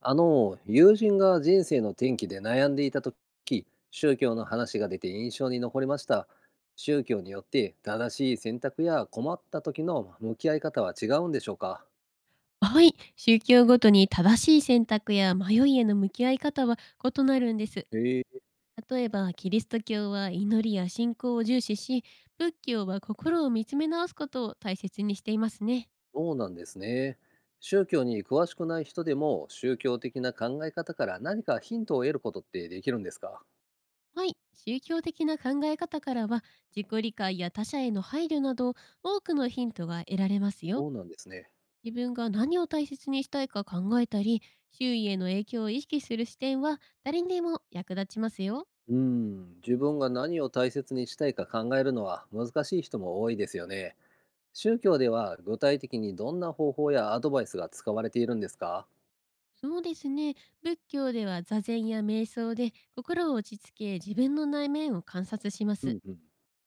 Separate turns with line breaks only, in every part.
友人が人生の転機で悩んでいたとき、宗教の話が出て印象に残りました。宗教によって正しい選択や困った時の向き合い方は違うんでしょうか？
はい、宗教ごとに正しい選択や迷いへの向き合い方は異なるんです。
へえ、
例えば、キリスト教は祈りや信仰を重視し、仏教は心を見つめ直すことを大切にしていますね。
そうなんですね。宗教に詳しくない人でも宗教的な考え方から何かヒントを得ることってできるんですか？
はい、宗教的な考え方からは、自己理解や他者への配慮など、多くのヒントが得られますよ。
そうなんですね。
自分が何を大切にしたいか考えたり、周囲への影響を意識する視点は誰にでも役立ちますよ。
うん、自分が何を大切にしたいか考えるのは難しい人も多いですよね。宗教では具体的にどんな方法やアドバイスが使われているんですか？
そうですね。仏教では座禅や瞑想で心を落ち着け、自分の内面を観察しま
う
す。
んうん。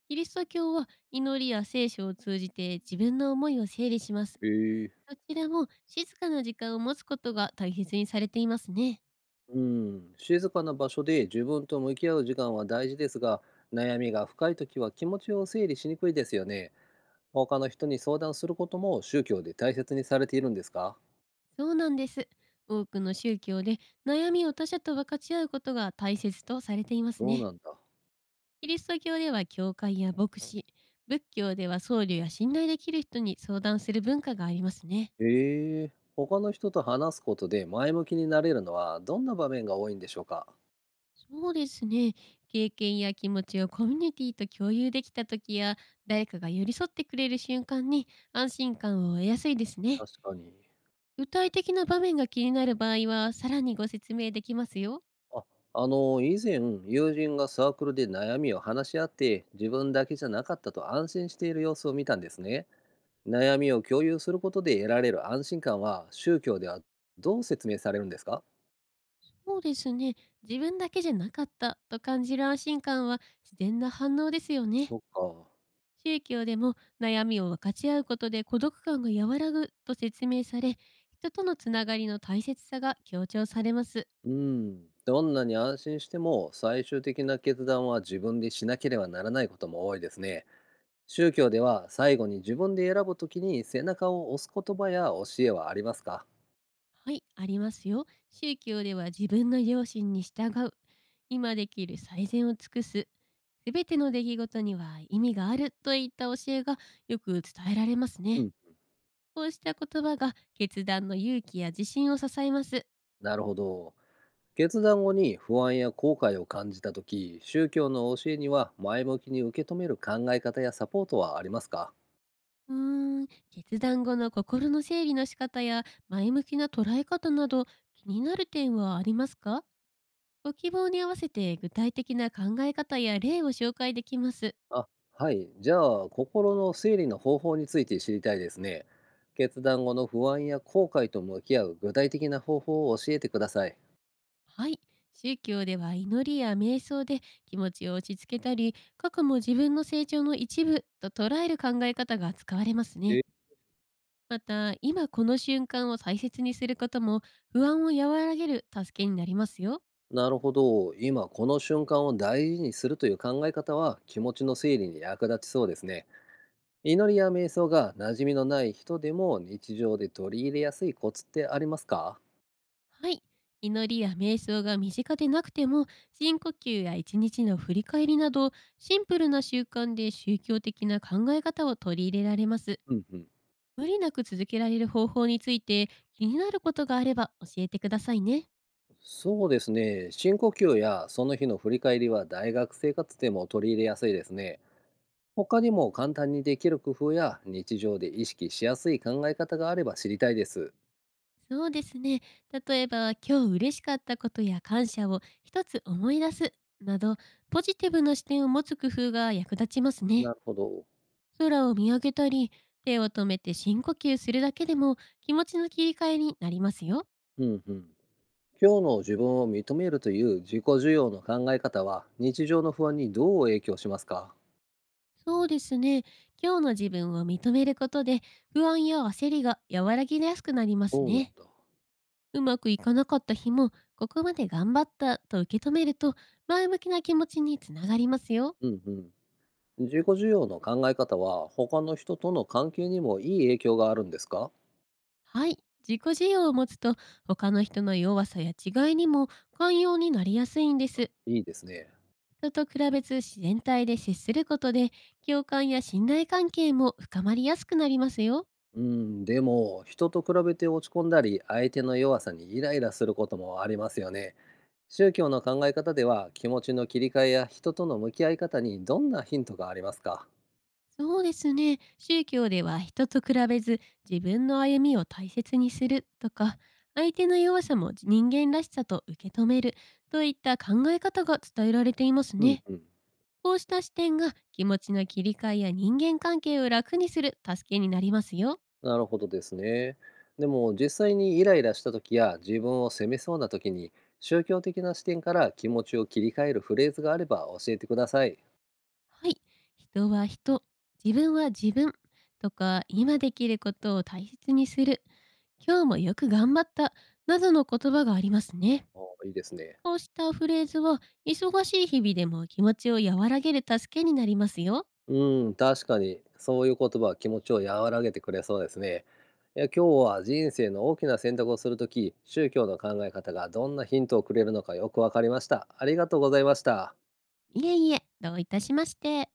キリスト教は祈りや聖書を通じて自分の思いを整理します。
ええ。
どちらも静かな時間を持つことが大切にされていますね。
うん、静かな場所で自分と向き合う時間は大事ですが、悩みが深いときは気持ちを整理しにくいですよね。他の人に相談することも宗教で大切にされているんですか？
そうなんです。多くの宗教で、悩みを他者と分かち合うことが大切とされています
そう
ね。
なんだ。
キリスト教では教会や牧師、仏教では僧侶や信頼できる人に相談する文化がありますね。
ええ、他の人と話すことで前向きになれるのはどんな場面が多いんでしょうか？
そうですね。経験や気持ちをコミュニティと共有できた時や、誰かが寄り添ってくれる瞬間に安心感を得やすいですね。
確かに。
具体的な場面が気になる場合は、さらにご説明できますよ。
あ、以前、友人がサークルで悩みを話し合って、自分だけじゃなかったと安心している様子を見たんですね。悩みを共有することで得られる安心感は、宗教ではどう説明されるんですか？
そうですね。自分だけじゃなかったと感じる安心感は自然な反応ですよね。
そっか。
宗教でも、悩みを分かち合うことで孤独感が和らぐと説明され、人とのつながりの大切さが強調されます。
うん。どんなに安心しても、最終的な決断は自分でしなければならないことも多いですね。宗教では、最後に自分で選ぶときに背中を押す言葉や教えはありますか？
はい、ありますよ。宗教では自分の良心に従う、今できる最善を尽くす、すべての出来事には意味があるといった教えがよく伝えられます
う
ね。
ん。
こうした言葉が決断の勇気や自信を支えます。
なるほど。決断後に不安や後悔を感じた時、宗教の教えには前向きに受け止める考え方やサポートはありますか？
決断後の心の整理の仕方や前向きな捉え方など、気になる点はありますか？ご希望に合わせて具体的な考え方や例を紹介できます。
あ、はい、じゃあ心の整理の方法について知りたいですね。決断後の不安や後悔と向き合う具体的な方法を教えてください。
はい。宗教では祈りや瞑想で気持ちを落ち着けたり、過去も自分の成長の一部と捉える考え方が使われますね。
え、
また、今この瞬間を大切にすることも不安を和らげる助けになりますよ。
なるほど、今この瞬間を大事にするという考え方は気持ちの整理に役立ちそうですね。祈りや瞑想が馴染みのない人でも日常で取り入れやすいコツってありますか？
はい。祈りや瞑想が身近でなくても、深呼吸や一日の振り返りなど、シンプルな習慣で宗教的な考え方を取り入れられます。
うんうん。
無理なく続けられる方法について気になることがあれば教えてくださいね。
そうですね。深呼吸やその日の振り返りは大学生活でも取り入れやすいですね。他にも簡単にできる工夫や日常で意識しやすい考え方があれば知りたいです。
そうですね。例えば、今日嬉しかったことや感謝を一つ思い出すなど、ポジティブな視点を持つ工夫が役立ちますね。
なるほど。
空を見上げたり、手を止めて深呼吸するだけでも気持ちの切り替えになりますよ。
うんうん。今日の自分を認めるという自己需要の考え方は日常の不安にどう影響しますか？
そうですね。今日の自分を認めることで、不安や焦りが和らぎやすくなります
そうなん
ね。
だ。
うまくいかなかった日も、ここまで頑張ったと受け止めると、前向きな気持ちにつながりますよ。
うんうん。自己需要の考え方は他の人との関係にもいい影響があるんですか？
はい。自己需要を持つと、他の人の弱さや違いにも寛容になりやすいんです。
いいですね。
人と比べず自然体で接することで、共感や信頼関係も深まりやすくなりますよ。
うん、でも、人と比べて落ち込んだり、相手の弱さにイライラすることもありますよね。宗教の考え方では、気持ちの切り替えや人との向き合い方にどんなヒントがありますか？
そうですね。宗教では人と比べず自分の歩みを大切にするとか、相手の弱さも人間らしさと受け止めるといった考え方が伝えられています
うん
ね。
うん。
こうした視点が気持ちの切り替えや人間関係を楽にする助けになりますよ。
なるほどですね。でも、実際にイライラした時や自分を責めそうな時に、宗教的な視点から気持ちを切り替えるフレーズがあれば教えてください。
はい。人は人、自分は自分とか、今できることを大切にする、今日もよく頑張ったなどの言葉があります
お、
ね。
おいいですね。
こうしたフレーズは、忙しい日々でも気持ちを和らげる助けになりますよ。
うーん、確かに、そういう言葉は気持ちを和らげてくれそうですね。いや、今日は人生の大きな選択をするとき、宗教の考え方がどんなヒントをくれるのかよくわかりました。ありがとうございました。
いえいえ、どういたしまして。